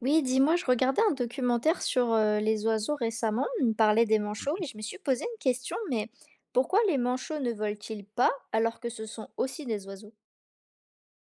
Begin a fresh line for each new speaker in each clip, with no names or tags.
Oui, dis-moi, je regardais un documentaire sur les oiseaux récemment, on parlait des manchots, et je me suis posé une question, mais pourquoi les manchots ne volent-ils pas alors que ce sont aussi des oiseaux?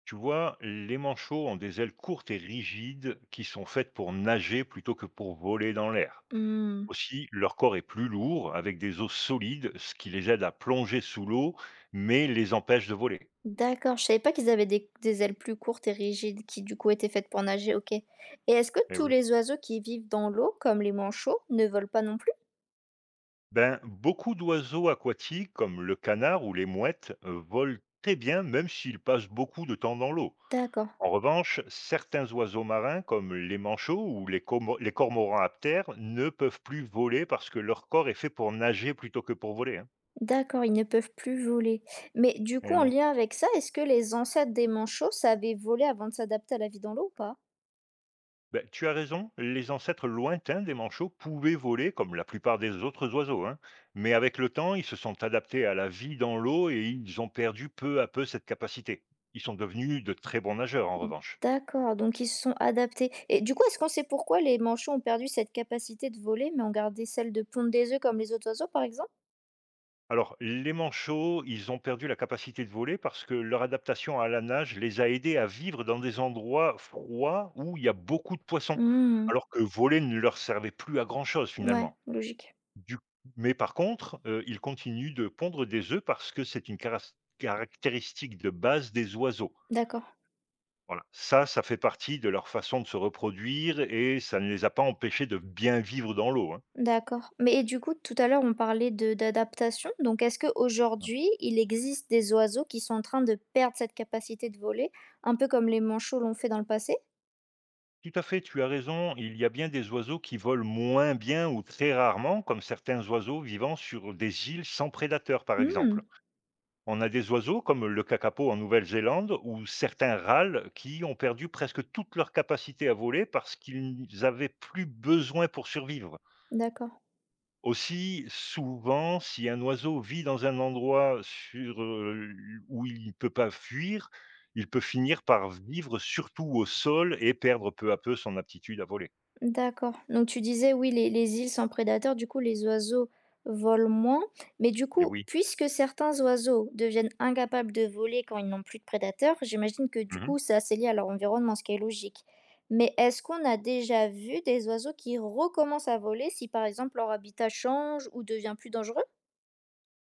Tu vois, les manchots ont des ailes courtes et rigides qui sont faites pour nager plutôt que pour voler dans l'air.
Hmm,
Aussi, leur corps est plus lourd, avec des os solides, ce qui les aide à plonger sous l'eau, mais les empêche de voler.
d'accord, je savais pas qu'ils avaient des ailes plus courtes et rigides qui du coup étaient faites pour nager, ok. Et est-ce que
Eh
tous
oui.
les oiseaux qui vivent dans l'eau, comme les manchots, ne volent pas non plus?
Ben, beaucoup d'oiseaux aquatiques, comme le canard ou les mouettes, volent très bien, même s'ils passent beaucoup de temps dans l'eau.
D'accord,
En revanche, certains oiseaux marins, comme les manchots ou les, les cormorans à terre, ne peuvent plus voler parce que leur corps est fait pour nager plutôt que pour voler, hein.
d'accord, ils ne peuvent plus voler. Mais du coup,
Eh
en
non.
lien avec ça, est-ce que les ancêtres des manchots savaient voler avant de s'adapter à la vie dans l'eau ou pas?
Ben tu as raison, les ancêtres lointains des manchots pouvaient voler comme la plupart des autres oiseaux, hein. Mais avec le temps, ils se sont adaptés à la vie dans l'eau et ils ont perdu peu à peu cette capacité. Ils sont devenus de très bons nageurs en revanche.
D'accord, donc ils se sont adaptés et du coup, est-ce qu'on sait pourquoi les manchots ont perdu cette capacité de voler, mais ont gardé celle de pondre des œufs comme les autres oiseaux, par exemple?
Alors, les manchots, ils ont perdu la capacité de voler parce que leur adaptation à la nage les a aidés à vivre dans des endroits froids où il y a beaucoup de poissons,
Mmh,
alors que voler ne leur servait plus à grand-chose
ouais,
finalement.
logique.
Du Mais par contre, ils continuent de pondre des œufs parce que c'est une caras caractéristique de base des oiseaux.
D'accord,
Voilà, ça fait partie de leur façon de se reproduire et ça ne les a pas empêchés de bien vivre dans l'eau, hein.
d'accord. Mais et du coup, tout à l'heure, on parlait de d'adaptation, donc est-ce
Mmh.
qu'aujourd'hui, il existe des oiseaux qui sont en train de perdre cette capacité de voler, un peu comme les manchots l'ont fait dans le passé?
Tout à fait, tu as raison, il y a bien des oiseaux qui volent moins bien ou très rarement, comme certains oiseaux vivant sur des îles sans prédateurs, par
Mmh,
exemple. On a des oiseaux comme le kakapo en Nouvelle-Zélande ou certains râles qui ont perdu presque toute leur capacité à voler parce qu'ils n'avaient plus besoin pour survivre.
d'accord.
Aussi, souvent, si un oiseau vit dans un endroit sur, où il ne peut pas fuir, il peut finir par vivre surtout au sol et perdre peu à peu son aptitude à voler.
D'accord. Donc tu disais, oui, les îles sans prédateurs, du coup, les oiseaux volent moins. Mais du
Mais
coup,
oui.
puisque certains oiseaux deviennent incapables de voler quand ils n'ont plus de prédateurs, j'imagine que du coup, c'est assez lié à leur environnement, ce qui est logique. Mais est-ce qu'on a déjà vu des oiseaux qui recommencent à voler si, par exemple, leur habitat change ou devient plus dangereux?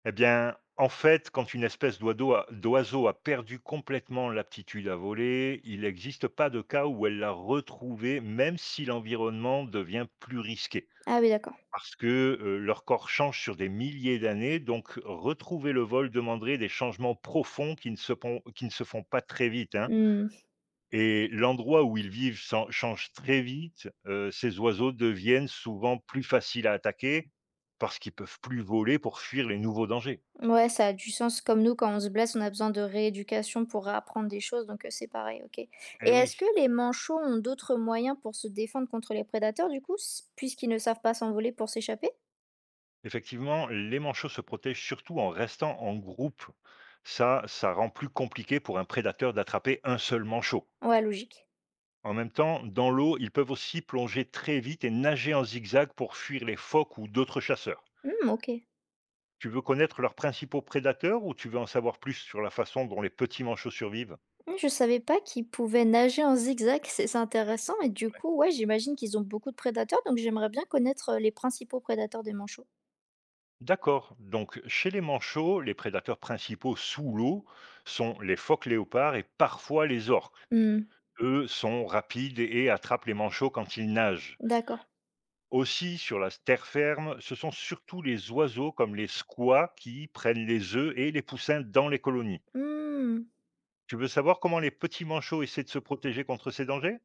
Eh bien, en fait, quand une espèce d'oiseau a perdu complètement l'aptitude à voler, il n'existe pas de cas où elle l'a retrouvée, même si l'environnement devient plus risqué.
Ah oui, d'accord.
Parce que leur corps change sur des milliers d'années, donc retrouver le vol demanderait des changements profonds qui ne se, pon- qui ne se font pas très vite, hein.
Mmh.
Et l'endroit où ils vivent change très vite. Ces oiseaux deviennent souvent plus faciles à attaquer parce qu'ils peuvent plus voler pour fuir les nouveaux dangers.
Ouais, ça a du sens. Comme nous, quand on se blesse, on a besoin de rééducation pour apprendre des choses, donc c'est pareil, OK. Et
Eh
est-ce
oui.
que les manchots ont d'autres moyens pour se défendre contre les prédateurs du coup, s puisqu'ils ne savent pas s'envoler pour s'échapper?
Effectivement, les manchots se protègent surtout en restant en groupe. Ça rend plus compliqué pour un prédateur d'attraper un seul manchot.
Ouais, logique.
En même temps, dans l'eau, ils peuvent aussi plonger très vite et nager en zigzag pour fuir les phoques ou d'autres chasseurs.
Mmh, OK.
Tu veux connaître leurs principaux prédateurs ou tu veux en savoir plus sur la façon dont les petits manchots survivent?
Mmh, je savais pas qu'ils pouvaient nager en zigzag, c'est intéressant et du coup, ouais, j'imagine qu'ils ont beaucoup de prédateurs, donc j'aimerais bien connaître, les principaux prédateurs des manchots.
D'accord, donc chez les manchots, les prédateurs principaux sous l'eau sont les phoques léopards et parfois les orques.
Mmh,
Eux sont rapides et attrapent les manchots quand ils nagent.
d'accord.
Aussi, sur la terre ferme, ce sont surtout les oiseaux comme les squats qui prennent les œufs et les poussins dans les colonies.
Mmh.
Tu veux savoir comment les petits manchots essaient de se protéger contre ces dangers?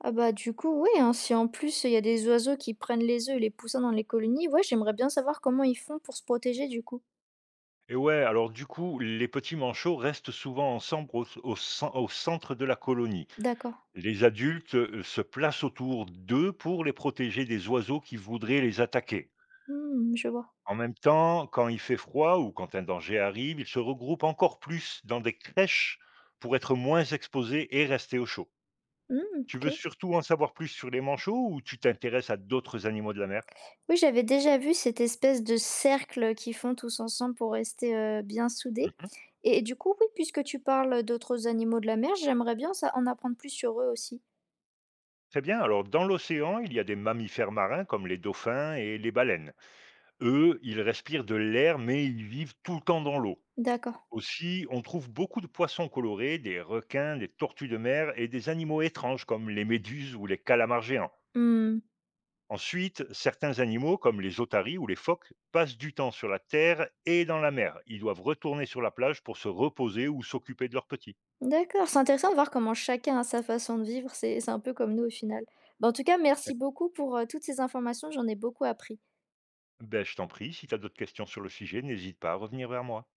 Ah bah du coup, oui hein, si en plus il y a des oiseaux qui prennent les œufs et les poussins dans les colonies, ouais, j'aimerais bien savoir comment ils font pour se protéger du coup.
Et ouais, alors du coup, les petits manchots restent souvent ensemble au centre de la colonie.
D'accord.
Les adultes se placent autour d'eux pour les protéger des oiseaux qui voudraient les attaquer.
Hmm, je vois.
En même temps, quand il fait froid ou quand un danger arrive, ils se regroupent encore plus dans des crèches pour être moins exposés et rester au chaud.
Hmm,
Tu veux
ok.
surtout en savoir plus sur les manchots ou tu t'intéresses à d'autres animaux de la mer?
Oui, j'avais déjà vu cette espèce de cercle qu'ils font tous ensemble pour rester bien soudés.
Mmh.
Et du coup, oui, puisque tu parles d'autres animaux de la mer, j'aimerais bien ça, en apprendre plus sur eux aussi.
Très bien, alors dans l'océan, il y a des mammifères marins comme les dauphins et les baleines. Eux, ils respirent de l'air, mais ils vivent tout le temps dans l'eau.
D'accord.
Aussi, on trouve beaucoup de poissons colorés, des requins, des tortues de mer et des animaux étranges comme les méduses ou les calamars géants.
Hmm,
Ensuite, certains animaux comme les otaries ou les phoques passent du temps sur la terre et dans la mer. Ils doivent retourner sur la plage pour se reposer ou s'occuper de leurs petits.
d'accord. C'est intéressant de voir comment chacun a sa façon de vivre. C'est un peu comme nous au final. Bah, en tout cas, merci beaucoup pour toutes ces informations. J'en ai beaucoup appris.
Ben, je t'en prie, si tu as d'autres questions sur le sujet, n'hésite pas à revenir vers moi.